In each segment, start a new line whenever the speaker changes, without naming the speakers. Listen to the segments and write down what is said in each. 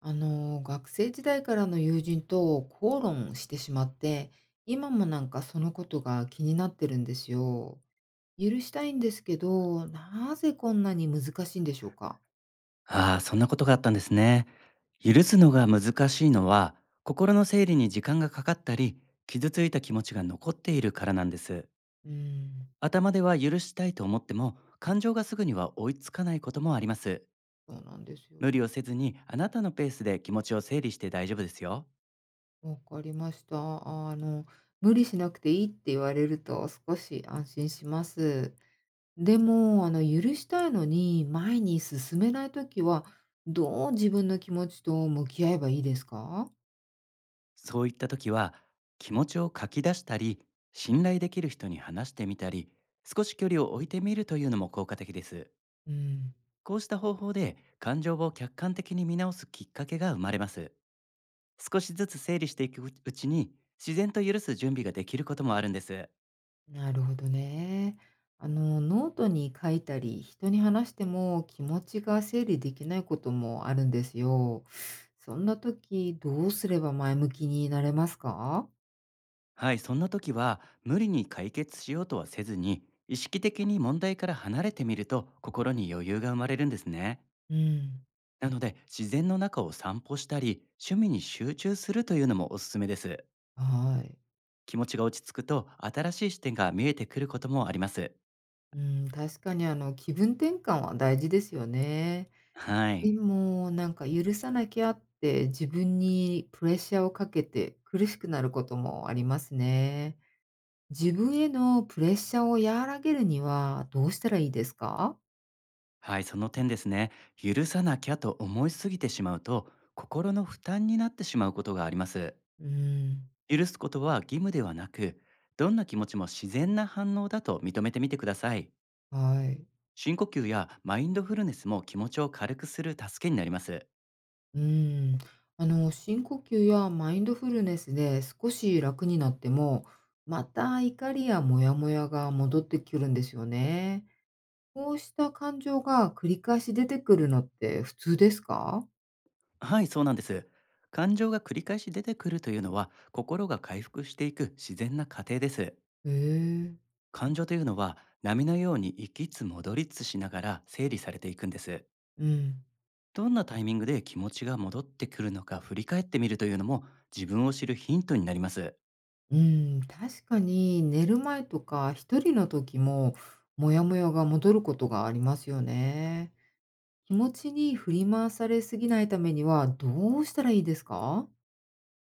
学生時代からの友人と口論してしまって、今もなんかそのことが気になってるんですよ。許したいんですけど、なぜこんなに難しいんでしょうか？
ああ、そんなことがあったんですね。許すのが難しいのは、心の整理に時間がかかったり、傷ついた気持ちが残っているからなんです。
うーん、
頭では許したいと思っても、感情がすぐには追いつかないこともあります。
そうなんですよ。
無理をせずに、あなたのペースで気持ちを整理して大丈夫ですよ。
わかりました。無理しなくていいって言われると少し安心します。でも、許したいのに前に進めないときは、どう自分の気持ちと向き合えばいいですか？
そういった時は、気持ちを書き出したり、信頼できる人に話してみたり、少し距離を置いてみるというのも効果的です。
うん。
こうした方法で感情を客観的に見直すきっかけが生まれます。少しずつ整理していくうちに、自然と許す準備ができることもあるんです。
なるほどね。ノートに書いたり、人に話しても気持ちが整理できないこともあるんですよ。そんな時、どうすれば前向きになれますか？
はい、そんな時は無理に解決しようとはせずに、意識的に問題から離れてみると心に余裕が生まれるんですね。
うん、
なので、自然の中を散歩したり趣味に集中するというのもおすすめです。
はい。
気持ちが落ち着くと、新しい視点が見えてくることもあります。
うん、確かに気分転換は大事ですよね。
は
で
い。
も、なんか許さなきゃって自分にプレッシャーをかけて苦しくなることもありますね。自分へのプレッシャーを和らげるにはどうしたらいいですか？
はい、その点ですね。許さなきゃと思いすぎてしまうと、心の負担になってしまうことがあります。
うん、
許すことは義務ではなく、どんな気持ちも自然な反応だと認めてみてください。
はい。
深呼吸やマインドフルネスも気持ちを軽くする助けになります。
うん。深呼吸やマインドフルネスで少し楽になっても、また怒りやモヤモヤが戻ってくるんですよね。こうした感情が繰り返し出てくるのって普通ですか？
はい、そうなんです。感情が繰り返し出てくるというのは、心が回復していく自然な過程です。
へえ。
感情というのは、波のように行きつ戻りつしながら整理されていくんです。
うん。
どんなタイミングで気持ちが戻ってくるのか振り返ってみるというのも、自分を知るヒントになります。
うん、確かに寝る前とか一人の時もモヤモヤが戻ることがありますよね。気持ちに振り回されすぎないためにはどうしたらいいですか？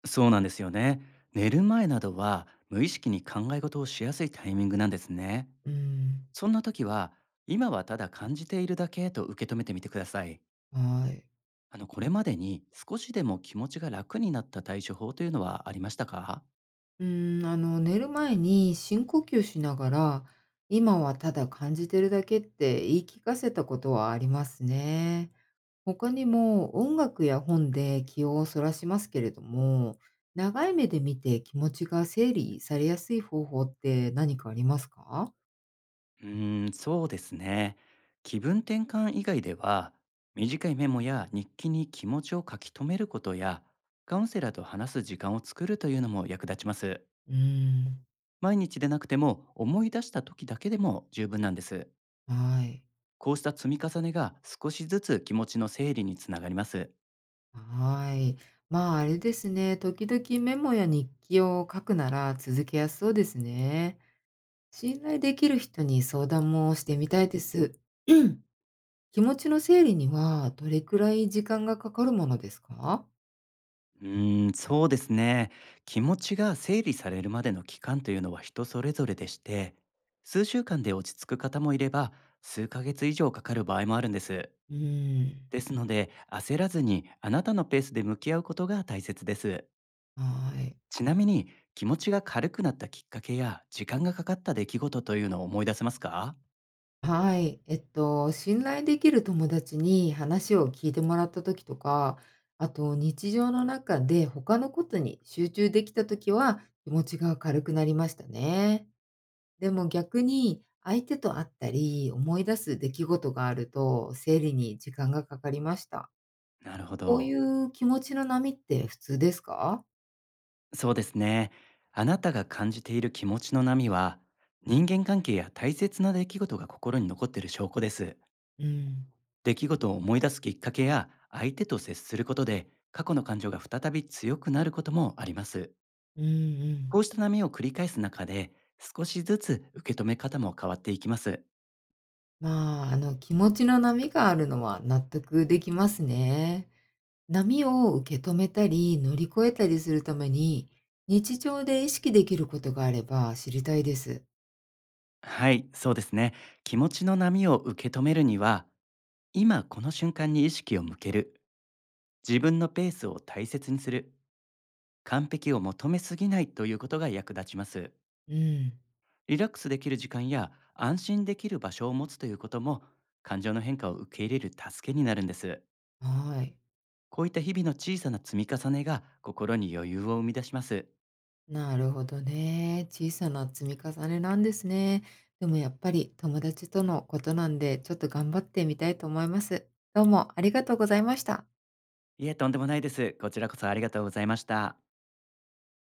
そうなんですよね。寝る前などは、無意識に考え事をしやすいタイミングなんですね。
うん、
そんな時は、今はただ感じているだけと受け止めてみてください。
はい。
あの、これまでに少しでも気持ちが楽になった対処法というのはありましたか？
うん、寝る前に深呼吸しながら、今はただ感じてるだけって言い聞かせたことはありますね。他にも音楽や本で気をそらしますけれども、長い目で見て気持ちが整理されやすい方法って何かありますか？
うーん、そうですね。気分転換以外では、短いメモや日記に気持ちを書き留めることや、カウンセラーと話す時間を作るというのも役立ちます。
うーん、
毎日でなくても、思い出した時だけでも十分なんです。
はい。
こうした積み重ねが少しずつ気持ちの整理につながります。
はい。まあ、あれですね。時々メモや日記を書くなら続けやすそうですね。信頼できる人に相談もしてみたいです。気持ちの整理にはどれくらい時間がかかるものですか？
うーん、そうですね。気持ちが整理されるまでの期間というのは人それぞれでして、数週間で落ち着く方もいれば、数ヶ月以上かかる場合もあるんです。
うーん。
ですので、焦らずにあなたのペースで向き合うことが大切です。
はい。
ちなみに、気持ちが軽くなったきっかけや時間がかかった出来事というのを思い出せますか？
はい。信頼できる友達に話を聞いてもらった時とか、あと日常の中で他のことに集中できた時は気持ちが軽くなりましたね。でも逆に相手と会ったり思い出す出来事があると整理に時間がかかりました。
なるほ
こうい
ど。
う気持ちの波って普通ですか？
そうですね。あなたが感じている気持ちの波は、人間関係や大切な出来事が心に残っている証拠です。
うん、
出来事を思い出すきっかけや相手と接することで、過去の感情が再び強くなることもあります。
うんう
こ
ん。
うした波を繰り返す中で、少しずつ受け止め方も変わっていきます。
まあ、気持ちの波があるのは納得できますね。波を受け止めたり、乗り越えたりするために、日常で意識できることがあれば知りたいです。
はい、そうですね。気持ちの波を受け止めるには、今この瞬間に意識を向ける、自分のペースを大切にする、完璧を求めすぎないということが役立ちます。
うん。
リラックスできる時間や安心できる場所を持つということも、感情の変化を受け入れる助けになるんです。
はい。
こういった日々の小さな積み重ねが心に余裕を生み出します。
なるほどね。小さな積み重ねなんですね。でもやっぱり友達とのことなんで、ちょっと頑張ってみたいと思います。どうもありがとうございました。
いえ、とんでもないです。こちらこそありがとうございました。